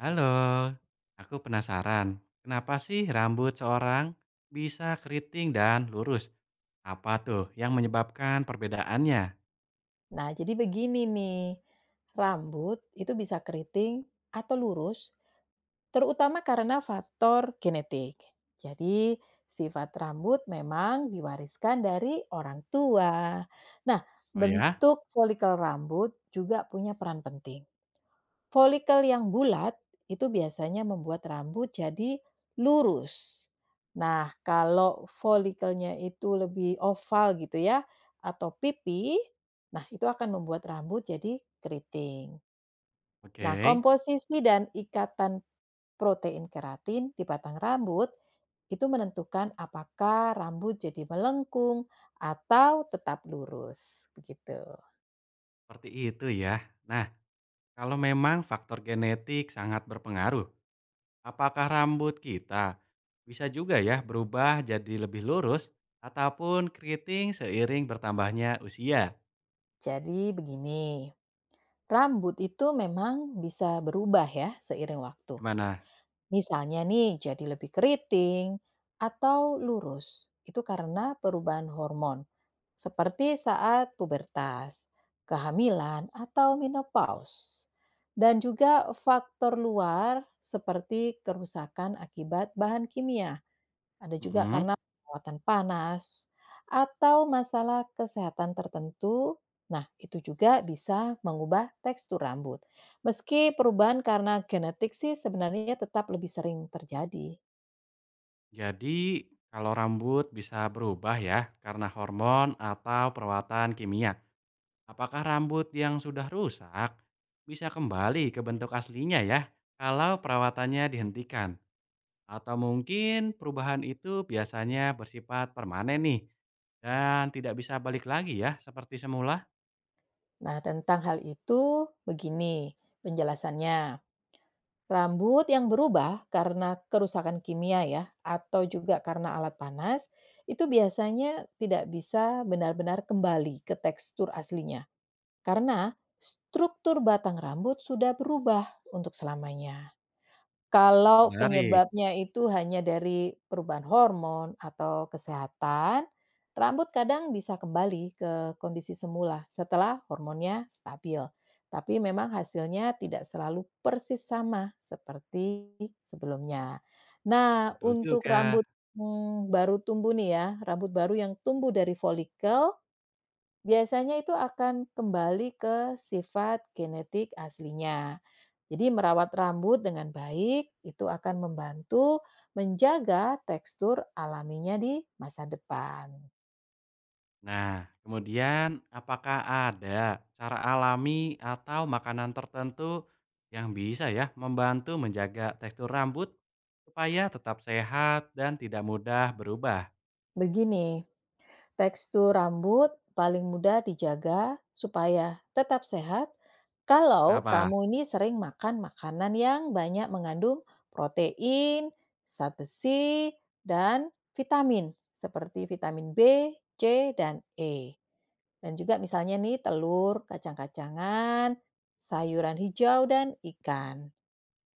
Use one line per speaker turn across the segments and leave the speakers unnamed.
Halo, aku penasaran. Kenapa sih rambut seorang bisa keriting dan lurus? Apa tuh yang menyebabkan perbedaannya?
Nah, jadi begini nih, rambut itu bisa keriting atau lurus, terutama karena faktor genetik. Jadi, sifat rambut memang diwariskan dari orang tua. Nah,
Oh ya,
bentuk folikel rambut juga punya peran penting. Folikel yang bulat itu biasanya membuat rambut jadi lurus. Nah, kalau folikelnya itu lebih oval gitu ya atau pipi, nah itu akan membuat rambut jadi keriting.
oke,
Nah, komposisi dan ikatan protein keratin di batang rambut itu menentukan apakah rambut jadi melengkung atau tetap lurus begitu.
seperti itu ya. Nah, kalau memang faktor genetik sangat berpengaruh, apakah rambut kita bisa juga ya berubah jadi lebih lurus ataupun keriting seiring bertambahnya usia?
Jadi begini, rambut itu memang bisa berubah ya seiring waktu.
Gimana?
Misalnya nih jadi lebih keriting atau lurus. Itu karena perubahan hormon. Seperti saat pubertas, kehamilan, atau menopause. Dan juga faktor luar seperti kerusakan akibat bahan kimia. Ada juga
Mm-mm.
karena perawatan panas atau masalah kesehatan tertentu. Nah, itu juga bisa mengubah tekstur rambut. Meski perubahan karena genetik sih sebenarnya tetap lebih sering terjadi.
Jadi, kalau rambut bisa berubah ya karena hormon atau perawatan kimia. Apakah rambut yang sudah rusak bisa kembali ke bentuk aslinya ya kalau perawatannya dihentikan? Atau mungkin perubahan itu biasanya bersifat permanen nih dan tidak bisa balik lagi ya seperti semula?
Nah, tentang hal itu begini penjelasannya. Rambut yang berubah karena kerusakan kimia ya atau juga karena alat panas itu biasanya tidak bisa benar-benar kembali ke tekstur aslinya. Karena struktur batang rambut sudah berubah untuk selamanya. Kalau
Menarik,
penyebabnya itu hanya dari perubahan hormon atau kesehatan, rambut kadang bisa kembali ke kondisi semula setelah hormonnya stabil. Tapi memang hasilnya tidak selalu persis sama seperti sebelumnya. Nah,
betul
untuk
juga.
rambut baru tumbuh nih ya, rambut baru yang tumbuh dari folikel biasanya itu akan kembali ke sifat genetik aslinya. Jadi merawat rambut dengan baik itu akan membantu menjaga tekstur alaminya di masa depan.
Nah, kemudian apakah ada cara alami atau makanan tertentu yang bisa ya membantu menjaga tekstur rambut supaya tetap sehat dan tidak mudah berubah?
Begini, tekstur rambut paling mudah dijaga supaya tetap sehat kalau
Kenapa?
kamu ini sering makan makanan yang banyak mengandung protein, zat besi, dan vitamin seperti vitamin B, C, dan E. Dan juga misalnya nih telur, kacang-kacangan, sayuran hijau, dan ikan.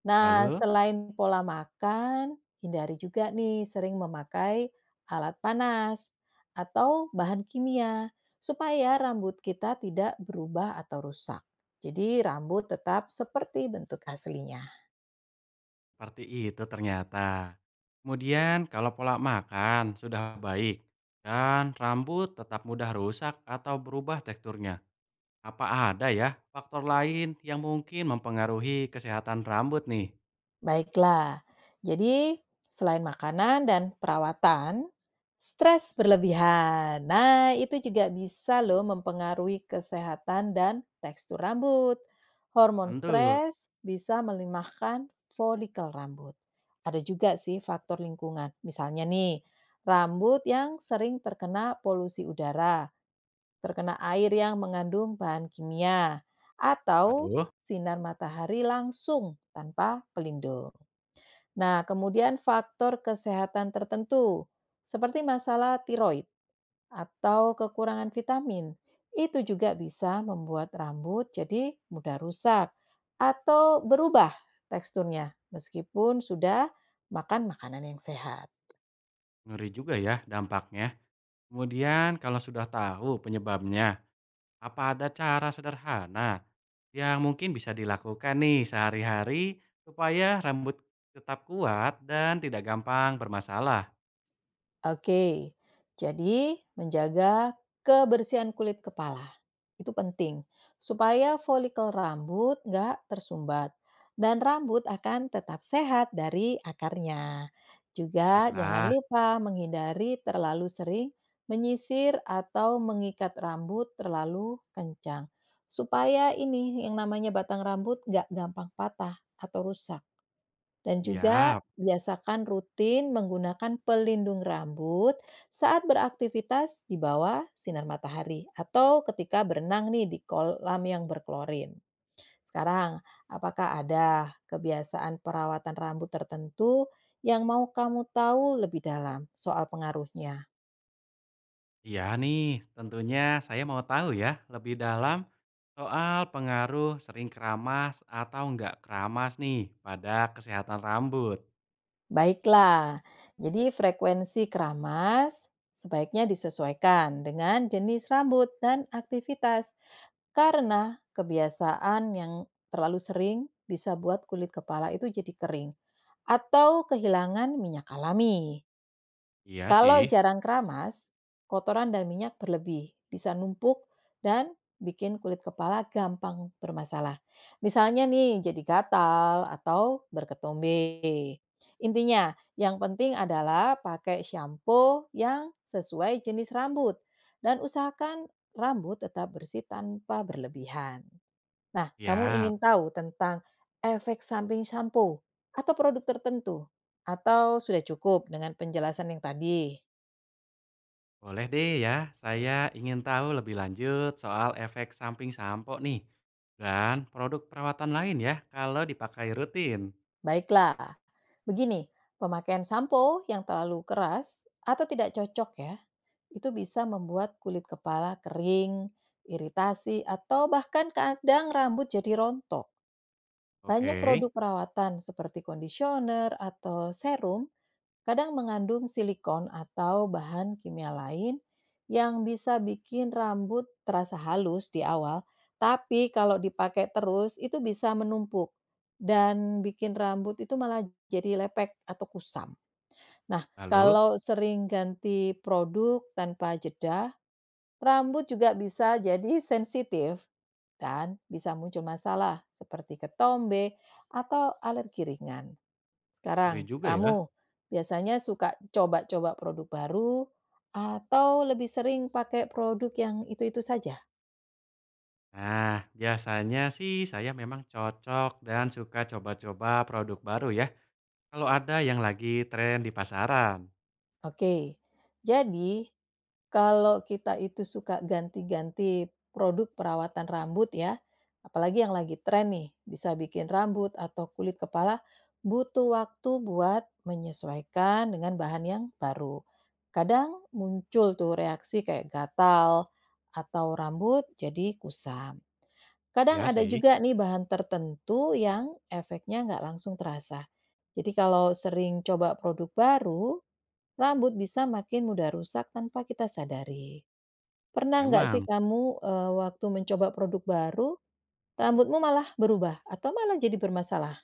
Nah,
Lalu,
selain pola makan, hindari juga nih sering memakai alat panas atau bahan kimia supaya rambut kita tidak berubah atau rusak. Jadi rambut tetap seperti bentuk aslinya.
seperti itu ternyata. Kemudian kalau pola makan sudah baik dan rambut tetap mudah rusak atau berubah teksturnya, apa ada ya faktor lain yang mungkin mempengaruhi kesehatan rambut nih?
Baiklah, jadi selain makanan dan perawatan, stres berlebihan. Nah, itu juga bisa loh mempengaruhi kesehatan dan tekstur rambut. Hormon
Tentu.
stres bisa melimahkan folikel rambut. Ada juga sih faktor lingkungan. Misalnya nih, rambut yang sering terkena polusi udara, terkena air yang mengandung bahan kimia, atau
Aduh.
sinar matahari langsung tanpa pelindung. Nah, kemudian faktor kesehatan tertentu, seperti masalah tiroid atau kekurangan vitamin, itu juga bisa membuat rambut jadi mudah rusak atau berubah teksturnya meskipun sudah makan makanan yang sehat.
Ngeri juga ya dampaknya. Kemudian kalau sudah tahu penyebabnya, apa ada cara sederhana yang mungkin bisa dilakukan nih sehari-hari supaya rambut tetap kuat dan tidak gampang bermasalah?
Oke, jadi menjaga kebersihan kulit kepala itu penting supaya folikel rambut nggak tersumbat dan rambut akan tetap sehat dari akarnya. Juga jangan
Baiklah,
lupa menghindari terlalu sering menyisir atau mengikat rambut terlalu kencang supaya ini yang namanya batang rambut nggak gampang patah atau rusak. Dan juga
iya,
biasakan rutin menggunakan pelindung rambut saat beraktivitas di bawah sinar matahari atau ketika berenang nih di kolam yang berklorin. Sekarang, apakah ada kebiasaan perawatan rambut tertentu yang mau kamu tahu lebih dalam soal pengaruhnya?
iya nih. Tentunya saya mau tahu ya lebih dalam soal pengaruh sering keramas atau nggak keramas nih pada kesehatan rambut.
Baiklah, jadi frekuensi keramas sebaiknya disesuaikan dengan jenis rambut dan aktivitas. Karena kebiasaan yang terlalu sering bisa buat kulit kepala itu jadi kering atau kehilangan minyak alami.
Iya
Kalau
sih,
jarang keramas, kotoran dan minyak berlebih, bisa numpuk dan bikin kulit kepala gampang bermasalah. Misalnya nih jadi gatal atau berketombe. Intinya, yang penting adalah pakai shampoo yang sesuai jenis rambut dan usahakan rambut tetap bersih tanpa berlebihan. Nah, kamu
iya.
ingin tahu tentang efek samping shampoo atau produk tertentu? Atau sudah cukup dengan penjelasan yang tadi?
Boleh deh ya, saya ingin tahu lebih lanjut soal efek samping sampo nih, dan produk perawatan lain ya kalau dipakai rutin.
Baiklah, begini, pemakaian sampo yang terlalu keras atau tidak cocok ya, itu bisa membuat kulit kepala kering, iritasi, atau bahkan kadang rambut jadi rontok. Banyak
Oke,
produk perawatan seperti conditioner atau serum kadang mengandung silikon atau bahan kimia lain yang bisa bikin rambut terasa halus di awal, tapi kalau dipakai terus itu bisa menumpuk dan bikin rambut itu malah jadi lepek atau kusam. Nah,
lalu
kalau sering ganti produk tanpa jeda, rambut juga bisa jadi sensitif dan bisa muncul masalah seperti ketombe atau alergi ringan.
ngeri
Sekarang,
juga ya.
kamu biasanya suka coba-coba produk baru atau lebih sering pakai produk yang itu-itu saja?
Nah, biasanya sih saya memang cocok dan suka coba-coba produk baru ya, kalau ada yang lagi tren di pasaran.
Oke. Jadi, kalau kita itu suka ganti-ganti produk perawatan rambut ya, apalagi yang lagi tren nih, bisa bikin rambut atau kulit kepala, butuh waktu buat menyesuaikan dengan bahan yang baru. Kadang muncul tuh reaksi kayak gatal atau rambut jadi kusam. Kadang
Iya
ada
sih,
juga nih bahan tertentu yang efeknya nggak langsung terasa. Jadi kalau sering coba produk baru, rambut bisa makin mudah rusak tanpa kita sadari. Pernah nggak sih
emang.
kamu, waktu mencoba produk baru, rambutmu malah berubah atau malah jadi bermasalah?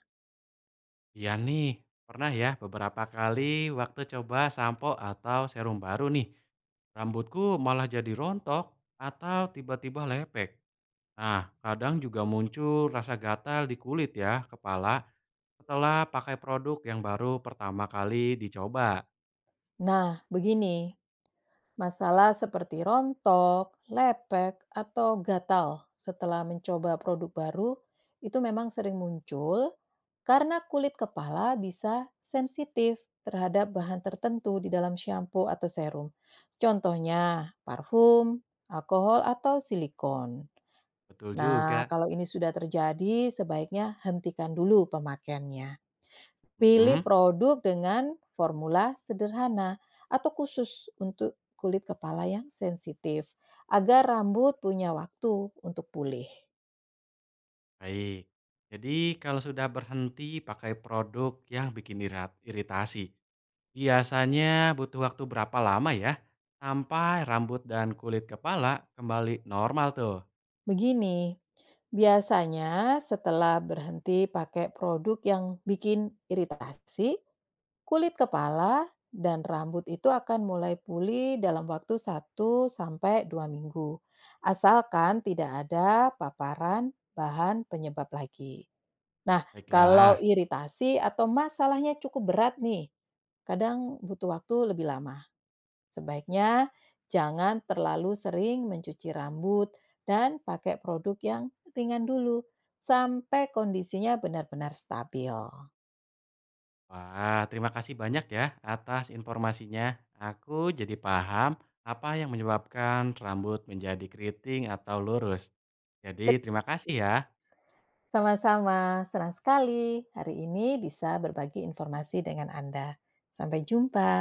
Iya nih, pernah ya beberapa kali waktu coba sampo atau serum baru nih, rambutku malah jadi rontok atau tiba-tiba lepek. Nah, kadang juga muncul rasa gatal di kulit ya, kepala, setelah pakai produk yang baru pertama kali dicoba.
Nah, begini. Masalah seperti rontok, lepek, atau gatal setelah mencoba produk baru itu memang sering muncul karena kulit kepala bisa sensitif terhadap bahan tertentu di dalam shampoo atau serum. Contohnya parfum, alkohol, atau silikon.
Betul
Nah,
juga.
kalau ini sudah terjadi, sebaiknya hentikan dulu pemakaiannya. Pilih
Mm-mm,
produk dengan formula sederhana atau khusus untuk kulit kepala yang sensitif, agar rambut punya waktu untuk pulih.
baik. Jadi kalau sudah berhenti pakai produk yang bikin iritasi, biasanya butuh waktu berapa lama ya sampai rambut dan kulit kepala kembali normal tuh?
Begini, biasanya setelah berhenti pakai produk yang bikin iritasi, kulit kepala dan rambut itu akan mulai pulih dalam waktu 1 sampai 2 minggu, asalkan tidak ada paparan bahan penyebab lagi. Nah, kalau
Baiklah.
iritasi atau masalahnya cukup berat nih, kadang butuh waktu lebih lama. Sebaiknya jangan terlalu sering mencuci rambut dan pakai produk yang ringan dulu sampai kondisinya benar-benar stabil.
Wah, terima kasih banyak ya atas informasinya. Aku jadi paham apa yang menyebabkan rambut menjadi keriting atau lurus. Jadi terima kasih ya.
Sama-sama, senang sekali hari ini bisa berbagi informasi dengan Anda. Sampai jumpa.